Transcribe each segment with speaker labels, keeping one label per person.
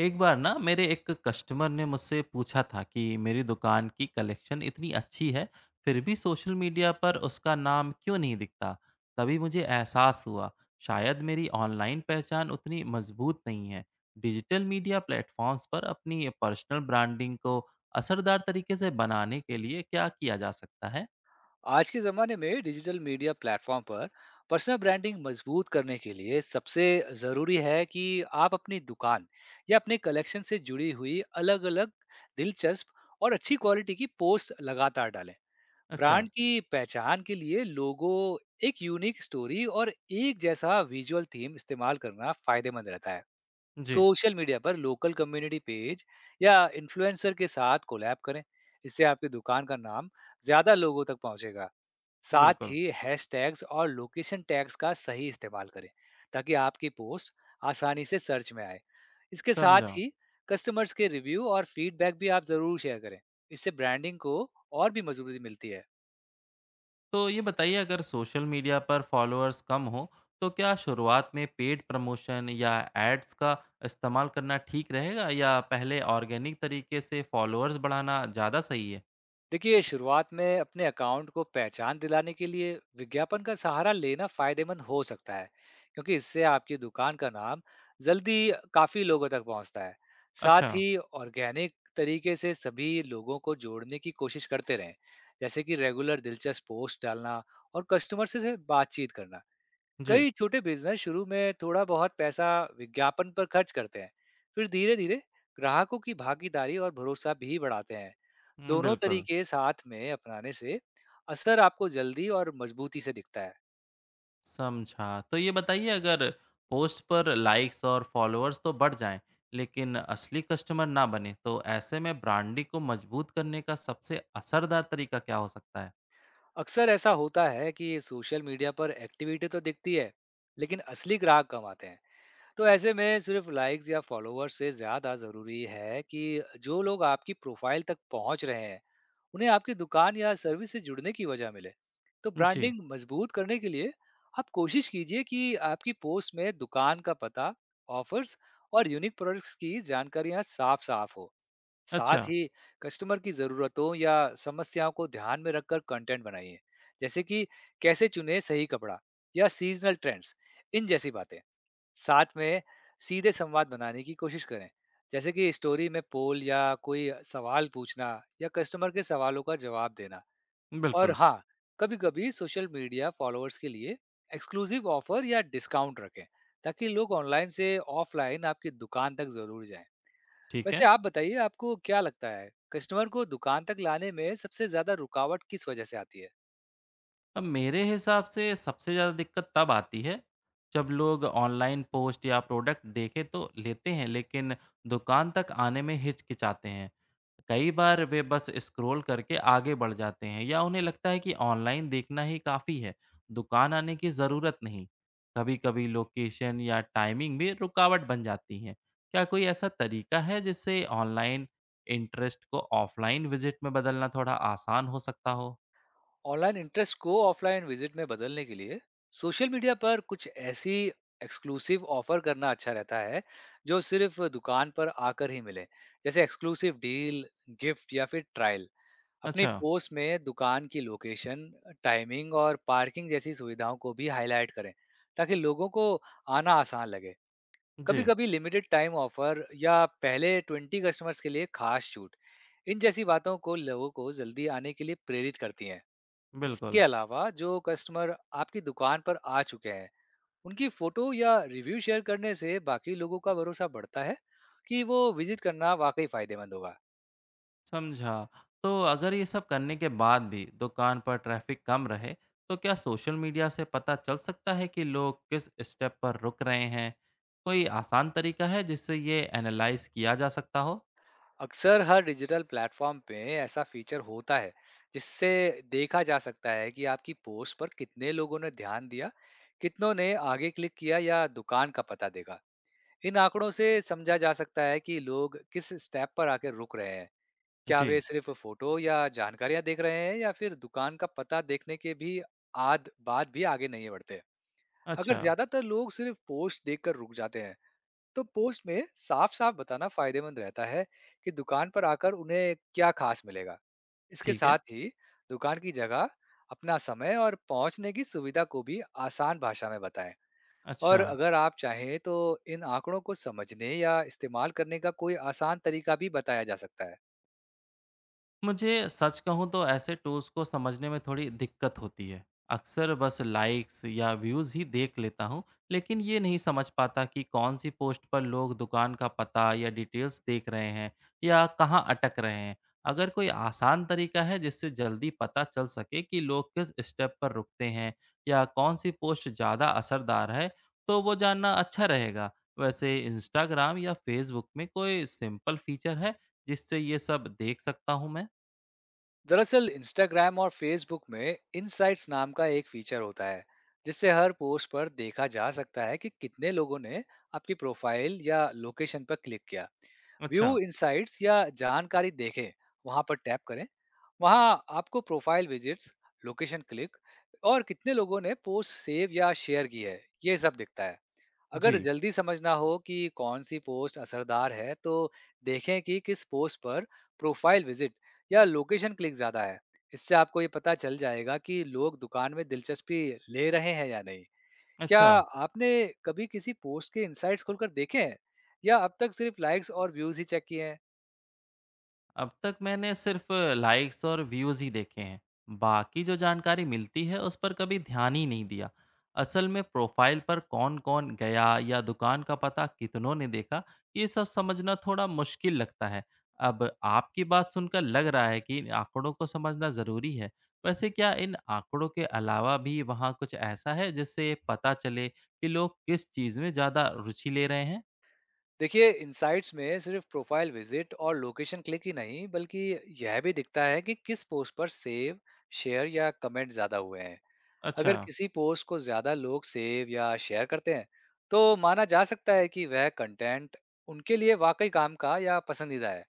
Speaker 1: एक बार ना मेरे एक कस्टमर ने मुझसे पूछा था कि मेरी दुकान की कलेक्शन इतनी अच्छी है फिर भी सोशल मीडिया पर उसका नाम क्यों नहीं दिखता। तभी मुझे एहसास हुआ शायद मेरी ऑनलाइन पहचान उतनी मजबूत नहीं है। डिजिटल मीडिया प्लेटफॉर्म्स पर अपनी पर्सनल ब्रांडिंग को असरदार तरीके से बनाने के लिए क्या किया जा सकता है?
Speaker 2: आज के ज़माने में डिजिटल मीडिया प्लेटफॉर्म पर पर्सनल ब्रांडिंग मजबूत करने के लिए सबसे ज़रूरी है कि आप अपनी दुकान या अपने कलेक्शन से जुड़ी हुई अलग-अलग दिलचस्प और अच्छी क्वालिटी की पोस्ट लगातार डालें।
Speaker 1: अच्छा।
Speaker 2: ब्रांड की पहचान के लिए लोगो, एक यूनिक स्टोरी और एक जैसा विजुअल थीम इस्तेमाल करना फ़ायदेमंद रहता है।
Speaker 1: जी।
Speaker 2: सोशल मीडिया पर लोकल कम्युनिटी पेज या इन्फ्लुएंसर के साथ कोलैब करें। इससे आपकी दुकान का नाम ज़्यादा लोगों तक पहुँचेगा। साथ
Speaker 1: बिल्कुल।
Speaker 2: ही हैशटैग्स और लोकेशन टैग्स का सही इस्तेमाल करें ताकि आपकी पोस्ट आसानी से सर्च में आए। इसके
Speaker 1: समझा।
Speaker 2: साथ ही कस्टमर्स के रिव्यू और फीडबैक भी आप ज़रूर शेयर करें। इससे ब्रांडिंग को और भी मजबूती मिलती है।
Speaker 1: तो ये बताइए, अगर सोशल मीडिया पर फॉलोअर्स कम हो तो क्या शुरुआत में पेड प्रमोशन या एड्स का इस्तेमाल करना ठीक रहेगा, या पहले ऑर्गेनिक तरीके से फॉलोअर्स बढ़ाना ज़्यादा सही है?
Speaker 2: देखिए, शुरुआत में अपने अकाउंट को पहचान दिलाने के लिए विज्ञापन का सहारा लेना फायदेमंद हो सकता है, क्योंकि इससे आपकी दुकान का नाम जल्दी काफी लोगों तक पहुंचता है।
Speaker 1: अच्छा।
Speaker 2: साथ ही ऑर्गेनिक तरीके से सभी लोगों को जोड़ने की कोशिश करते रहें, जैसे कि रेगुलर दिलचस्प पोस्ट डालना और कस्टमर से बातचीत करना।
Speaker 1: जी।
Speaker 2: कई छोटे बिजनेस शुरू में थोड़ा बहुत पैसा विज्ञापन पर खर्च करते हैं, फिर धीरे धीरे ग्राहकों की भागीदारी और भरोसा भी बढ़ाते हैं। दोनों
Speaker 1: बिल्कुल।
Speaker 2: तरीके साथ में अपनाने से असर आपको जल्दी और मजबूती से दिखता है।
Speaker 1: समझा। तो ये बताइए, अगर पोस्ट पर लाइक्स और फॉलोअर्स तो बढ़ जाएं लेकिन असली कस्टमर ना बने तो ऐसे में ब्रांडिंग को मजबूत करने का सबसे असरदार तरीका क्या हो सकता है?
Speaker 2: अक्सर ऐसा होता है कि सोशल मीडिया पर एक्टिविटी तो दिखती है, लेकिन असली ग्राहक कम आते हैं। तो ऐसे में सिर्फ लाइक्स या फॉलोअर्स से ज्यादा जरूरी है कि जो लोग आपकी प्रोफाइल तक पहुंच रहे हैं, उन्हें आपकी दुकान या सर्विस से जुड़ने की वजह मिले। तो
Speaker 1: जी।
Speaker 2: ब्रांडिंग मजबूत करने के लिए आप कोशिश कीजिए कि आपकी पोस्ट में दुकान का पता, ऑफर्स और यूनिक प्रोडक्ट्स की जानकारियां साफ साफ हो।
Speaker 1: अच्छा।
Speaker 2: साथ ही कस्टमर की ज़रूरतों या समस्याओं को ध्यान में रखकर कंटेंट बनाइए, जैसे कि कैसे चुने सही कपड़ा या सीजनल ट्रेंड्स, इन जैसी बातें। साथ में सीधे संवाद बनाने की कोशिश करें, जैसे कि स्टोरी में पोल या कोई सवाल पूछना, या कस्टमर के सवालों का जवाब देना। और
Speaker 1: बिल्कुल।
Speaker 2: हाँ, कभी कभी सोशल मीडिया फॉलोअर्स के लिए एक्सक्लूसिव ऑफर या डिस्काउंट रखें, ताकि लोग ऑनलाइन से ऑफलाइन आपकी दुकान तक जरूर जाएं।
Speaker 1: ठीक
Speaker 2: वैसे
Speaker 1: है।
Speaker 2: आप बताइए, आपको क्या लगता है, कस्टमर को दुकान तक लाने में सबसे ज्यादा रुकावट किस वजह से आती है?
Speaker 1: अब मेरे हिसाब से सबसे ज़्यादा दिक्कत तब आती है जब लोग ऑनलाइन पोस्ट या प्रोडक्ट देखे तो लेते हैं, लेकिन दुकान तक आने में हिचकिचाते हैं। कई बार वे बस स्क्रॉल करके आगे बढ़ जाते हैं या उन्हें लगता है कि ऑनलाइन देखना ही काफ़ी है, दुकान आने की ज़रूरत नहीं। कभी कभी लोकेशन या टाइमिंग भी रुकावट बन जाती है। क्या कोई ऐसा तरीका है जिससे ऑनलाइन इंटरेस्ट को ऑफलाइन विजिट में बदलना थोड़ा आसान हो सकता हो?
Speaker 2: ऑनलाइन इंटरेस्ट को ऑफलाइन विजिट में बदलने के लिए सोशल मीडिया पर कुछ ऐसी एक्सक्लूसिव ऑफर करना अच्छा रहता है जो सिर्फ दुकान पर आकर ही मिले, जैसे एक्सक्लूसिव डील, गिफ्ट या फिर ट्रायल। अपनी
Speaker 1: अच्छा।
Speaker 2: पोस्ट में दुकान की लोकेशन, टाइमिंग और पार्किंग जैसी सुविधाओं को भी हाईलाइट करें, ताकि लोगों को आना आसान लगे। कभी
Speaker 1: जी।
Speaker 2: कभी लिमिटेड टाइम ऑफर या पहले 20 कस्टमर्स के लिए खास छूट, इन जैसी बातों को लोगों को जल्दी आने के लिए प्रेरित करती हैं। इसके
Speaker 1: बिल्कुल,
Speaker 2: अलावा जो कस्टमर आपकी दुकान पर आ चुके हैं, उनकी फोटो या रिव्यू शेयर करने से बाकी लोगों का भरोसा बढ़ता है कि वो विजिट करना वाकई फायदेमंद होगा।
Speaker 1: समझा। तो अगर ये सब करने के बाद भी दुकान पर ट्रैफ़िक कम रहे, तो क्या सोशल मीडिया से पता चल सकता है कि लोग किस स्टेप पर रुक रहे हैं? कोई आसान तरीका है जिससे ये एनालाइज़ किया जा सकता हो?
Speaker 2: अक्सर हर डिजिटल प्लेटफॉर्म पे ऐसा फीचर होता है, जिससे देखा जा सकता है कि आपकी पोस्ट पर कितने लोगों ने ध्यान दिया, कितनों ने आगे क्लिक किया या दुकान का पता देखा। इन आंकड़ों से समझा जा सकता है कि लोग किस स्टेप पर आकर रुक रहे हैं, क्या वे
Speaker 1: जी,
Speaker 2: सिर्फ फोटो या जानकारियां देख रहे हैं या फिर दुकान का पता देखने के भी आद बाद भी आगे नहीं बढ़ते। अगर
Speaker 1: अच्छा,
Speaker 2: ज्यादातर लोग सिर्फ पोस्ट देखकर रुक जाते हैं, तो पोस्ट में साफ साफ बताना फायदेमंद रहता है कि दुकान पर आकर उन्हें क्या खास मिलेगा। इसके
Speaker 1: ठीक है।
Speaker 2: साथ ही दुकान की जगह, अपना समय और पहुंचने की सुविधा को भी आसान भाषा में बताएं।
Speaker 1: अच्छा।
Speaker 2: और अगर आप चाहें तो इन आंकड़ों को समझने या इस्तेमाल करने का कोई आसान तरीका भी बताया जा सकता है।
Speaker 1: मुझे सच कहूँ तो ऐसे टूल्स को समझने में थोड़ी दिक्कत होती है। अक्सर बस लाइक्स या व्यूज़ ही देख लेता हूँ, लेकिन ये नहीं समझ पाता कि कौन सी पोस्ट पर लोग दुकान का पता या डिटेल्स देख रहे हैं या कहाँ अटक रहे हैं। अगर कोई आसान तरीका है जिससे जल्दी पता चल सके कि लोग किस स्टेप पर रुकते हैं या कौन सी पोस्ट ज़्यादा असरदार है, तो वो जानना अच्छा रहेगा। वैसे इंस्टाग्राम या फेसबुक में कोई सिंपल फीचर है जिससे ये सब देख सकता हूँ मैं?
Speaker 2: दरअसल इंस्टाग्राम और फेसबुक में इनसाइट्स नाम का एक फीचर होता है, जिससे हर पोस्ट पर देखा जा सकता है कि कितने लोगों ने आपकी प्रोफाइल या लोकेशन पर क्लिक किया। व्यू
Speaker 1: अच्छा,
Speaker 2: इनसाइट्स या जानकारी देखें, वहां पर टैप करें। वहां आपको प्रोफाइल विजिट्स, लोकेशन क्लिक और कितने लोगों ने पोस्ट सेव या शेयर की है, ये सब दिखता है। अगर
Speaker 1: जी।
Speaker 2: जल्दी समझना हो कि कौन सी पोस्ट असरदार है, तो देखें कि किस पोस्ट पर प्रोफाइल विजिट या लोकेशन क्लिक ज़्यादा है। इससे आपको ये पता चल जाएगा कि लोग दुकान में दिलचस्पी ले रहे हैं या नहीं। क्या
Speaker 1: अच्छा,
Speaker 2: आपने कभी किसी पोस्ट के इनसाइट्स खोलकर देखे हैं, या अब तक सिर्फ लाइक्स और व्यूज ही चेक किए हैं?
Speaker 1: अब तक मैंने सिर्फ़ लाइक्स और व्यूज़ ही देखे हैं। बाकी जो जानकारी मिलती है, उस पर कभी ध्यान ही नहीं दिया। असल में प्रोफ़ाइल पर कौन-कौन गया या दुकान का पता कितनों ने देखा, ये सब समझना थोड़ा मुश्किल लगता है। अब आपकी बात सुनकर लग रहा है कि इन आँकड़ों को समझना ज़रूरी है। वैसे क्या इन आँकड़ों के अलावा भी वहाँ कुछ ऐसा है, जिससे पता चले कि लोग किस चीज़ में ज़्यादा रुचि ले रहे हैं?
Speaker 2: देखिए, इनसाइट्स में सिर्फ प्रोफाइल विजिट और लोकेशन क्लिक ही नहीं, बल्कि यह भी दिखता है कि किस पोस्ट पर सेव, शेयर या कमेंट ज़्यादा हुए हैं।
Speaker 1: अच्छा,
Speaker 2: अगर किसी पोस्ट को ज्यादा लोग सेव या शेयर करते हैं, तो माना जा सकता है कि वह कंटेंट उनके लिए वाकई काम का या पसंदीदा है।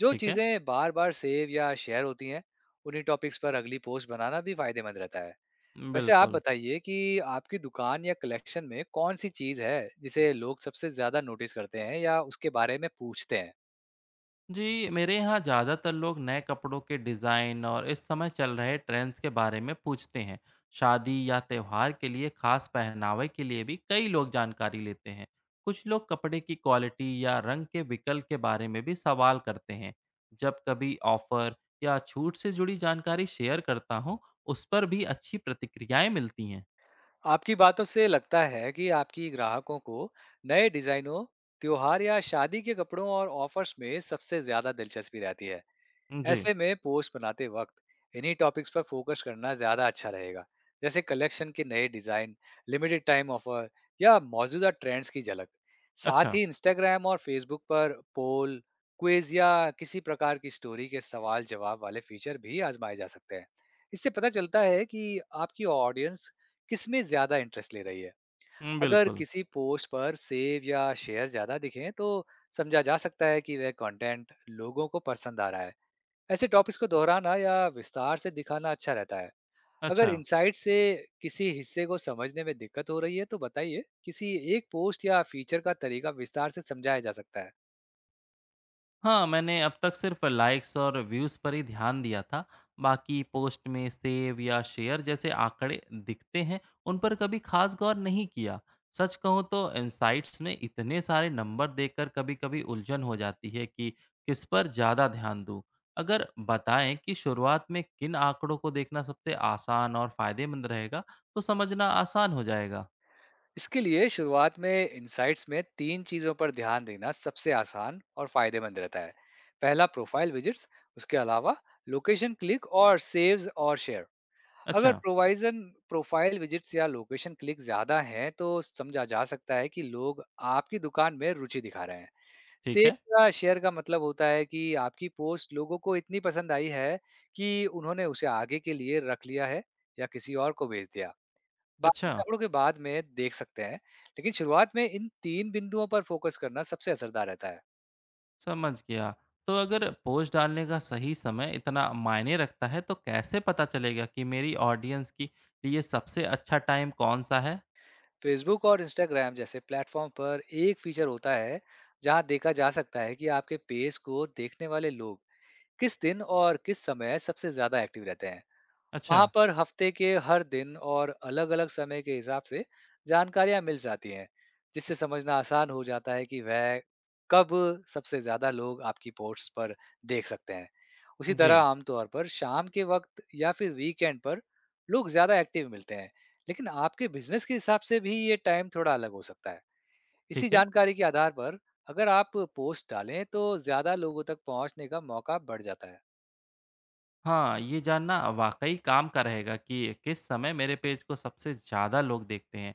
Speaker 2: जो
Speaker 1: ठीक है।
Speaker 2: चीजें बार बार सेव या शेयर होती हैं, उन्हीं टॉपिक्स पर अगली पोस्ट बनाना भी फायदेमंद रहता है। वैसे आप
Speaker 1: बिल्कुल।
Speaker 2: बताइए कि आपकी दुकान या कलेक्शन में कौन सी चीज है, जिसे लोग सबसे ज्यादा नोटिस करते हैं या उसके बारे में पूछते हैं?
Speaker 1: जी, मेरे यहाँ ज़्यादातर लोग नए कपड़ों के डिज़ाइन और इस समय चल रहे ट्रेंड्स के बारे में पूछते हैं। शादी या त्योहार के लिए खास पहनावे के लिए भी कई लोग जानकारी लेते हैं। कुछ लोग कपड़े की क्वालिटी या रंग के विकल्प के बारे में भी सवाल करते हैं। जब कभी ऑफ़र या छूट से जुड़ी जानकारी शेयर करता हूँ, उस पर भी अच्छी प्रतिक्रियाएँ मिलती हैं।
Speaker 2: आपकी बातों से लगता है कि आपकी ग्राहकों को नए डिजाइनों, त्योहार या शादी के कपड़ों और ऑफर्स में सबसे ज्यादा दिलचस्पी रहती है।
Speaker 1: जी,
Speaker 2: ऐसे में पोस्ट बनाते वक्त इन्हीं टॉपिक्स पर फोकस करना ज्यादा अच्छा रहेगा, जैसे कलेक्शन के नए डिजाइन, लिमिटेड टाइम ऑफर या मौजूदा ट्रेंड्स की झलक। साथ
Speaker 1: अच्छा।
Speaker 2: ही इंस्टाग्राम और फेसबुक पर पोल, क्विज या किसी प्रकार की स्टोरी के सवाल जवाब वाले फीचर भी आजमाए जा सकते हैं। इससे पता चलता है कि आपकी ऑडियंस किस में ज्यादा इंटरेस्ट ले रही है।
Speaker 1: हुँ,
Speaker 2: अगर
Speaker 1: बिल्कुल।
Speaker 2: किसी पोस्ट पर सेव या शेयर ज्यादा दिखें, तो समझा जा सकता है कि वह कंटेंट लोगों को पसंद आ रहा है। ऐसे टॉपिक्स को दोहराना या विस्तार से दिखाना अच्छा रहता है। अगर
Speaker 1: अच्छा।
Speaker 2: इनसाइट से किसी हिस्से को समझने में दिक्कत हो रही है, तो बताइए, किसी एक पोस्ट या फीचर का तरीका विस्तार से समझाया जा सकता है।
Speaker 1: हाँ, मैंने अब तक सिर्फ लाइक्स और व्यूज़ पर ही ध्यान दिया था। बाकी पोस्ट में सेव या शेयर जैसे आंकड़े दिखते हैं, उन पर कभी खास गौर नहीं किया। सच कहूँ तो इनसाइट्स में इतने सारे नंबर देखकर कभी-कभी उलझन हो जाती है कि किस पर ज़्यादा ध्यान दूँ। अगर बताएँ कि शुरुआत में किन आंकड़ों को देखना सबसे आसान और फ़ायदेमंद रहेगा, तो समझना आसान हो जाएगा।
Speaker 2: इसके लिए शुरुआत में इनसाइट्स में तीन चीज़ों पर ध्यान देना सबसे आसान और फायदेमंद रहता है। पहला प्रोफाइल विजिट्स, उसके अलावा लोकेशन क्लिक और सेव्स और शेयर। अगर
Speaker 1: अच्छा,
Speaker 2: प्रोवाइजन प्रोफाइल विजिट्स या लोकेशन क्लिक ज़्यादा हैं, तो समझा जा सकता है कि लोग आपकी दुकान में रुचि दिखा रहे हैं।
Speaker 1: ठीक
Speaker 2: सेव
Speaker 1: है।
Speaker 2: या शेयर का मतलब होता है कि आपकी पोस्ट लोगों को इतनी पसंद आई है कि उन्होंने उसे आगे के लिए रख लिया है या किसी और को भेज दिया। बाकी
Speaker 1: अच्छा।
Speaker 2: आंकड़ों के बाद में देख सकते हैं, लेकिन शुरुआत में इन तीन बिंदुओं पर फोकस करना सबसे असरदार रहता है।
Speaker 1: समझ गया। तो अगर पोस्ट डालने का सही समय इतना मायने रखता है, तो कैसे पता चलेगा कि मेरी ऑडियंस के लिए सबसे अच्छा टाइम कौन-सा है?
Speaker 2: फेसबुक और इंस्टाग्राम जैसे प्लेटफॉर्म पर एक फीचर होता है, जहां देखा जा सकता है कि आपके पेज को देखने वाले लोग किस दिन और किस समय सबसे ज्यादा एक्टिव रहते हैं।
Speaker 1: अच्छा,
Speaker 2: वहाँ पर हफ्ते के हर दिन और अलग-अलग समय के हिसाब से जानकारियाँ मिल जाती हैं, जिससे समझना आसान हो जाता है कि वह कब सबसे ज़्यादा लोग आपकी पोस्ट पर देख सकते हैं। उसी
Speaker 1: जी,
Speaker 2: तरह आमतौर पर शाम के वक्त या फिर वीकेंड पर लोग ज़्यादा एक्टिव मिलते हैं, लेकिन आपके बिजनेस के हिसाब से भी ये टाइम थोड़ा अलग हो सकता है। इसी
Speaker 1: ठीक है।
Speaker 2: जानकारी के आधार पर अगर आप पोस्ट डालें, तो ज़्यादा लोगों तक पहुँचने का मौका बढ़ जाता है।
Speaker 1: हाँ, ये जानना वाक़ई काम का रहेगा कि किस समय मेरे पेज को सबसे ज़्यादा लोग देखते हैं।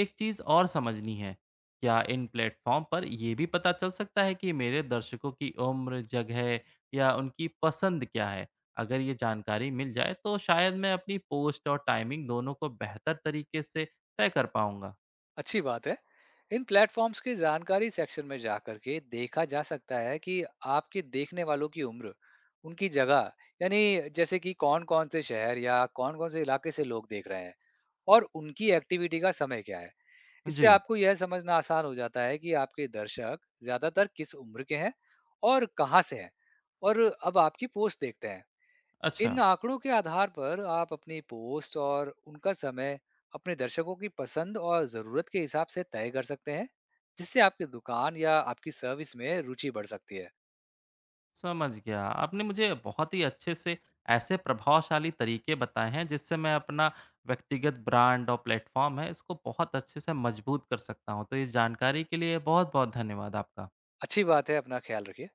Speaker 1: एक चीज़ और समझनी है, क्या इन प्लेटफ़ॉर्म पर ये भी पता चल सकता है कि मेरे दर्शकों की उम्र, जगह या उनकी पसंद क्या है? अगर ये जानकारी मिल जाए तो शायद मैं अपनी पोस्ट और टाइमिंग दोनों को बेहतर तरीके से तय कर पाऊँगा।
Speaker 2: अच्छी बात है। इन प्लेटफ़ॉर्म्स की जानकारी सेक्शन में जाकर के देखा जा सकता है कि आपके देखने वालों की उम्र, उनकी जगह, यानी जैसे कि कौन-कौन से शहर या कौन-कौन से इलाके से लोग देख रहे हैं और उनकी एक्टिविटी का समय क्या है। इससे
Speaker 1: जी,
Speaker 2: आपको यह समझना आसान हो जाता है कि आपके दर्शक ज़्यादातर किस उम्र के हैं और कहाँ से हैं और अब आपकी पोस्ट देखते हैं।
Speaker 1: अच्छा।
Speaker 2: इन आंकड़ों के आधार पर आप अपनी पोस्ट और उनका समय अपने दर्शकों की पसंद और ज़रूरत के हिसाब से तय कर सकते हैं, जिससे आपकी दुकान या आपकी सर्विस में रुचि बढ़ सकती है।
Speaker 1: समझ गया। आपने मुझे बहुत ही अच्छे से ऐसे प्रभावशाली तरीके बताए हैं जिससे मैं अपना व्यक्तिगत ब्रांड और प्लेटफ़ॉर्म है इसको बहुत अच्छे से मजबूत कर सकता हूँ। तो इस जानकारी के लिए बहुत-बहुत धन्यवाद आपका।
Speaker 2: अच्छी बात है, अपना ख्याल रखिए।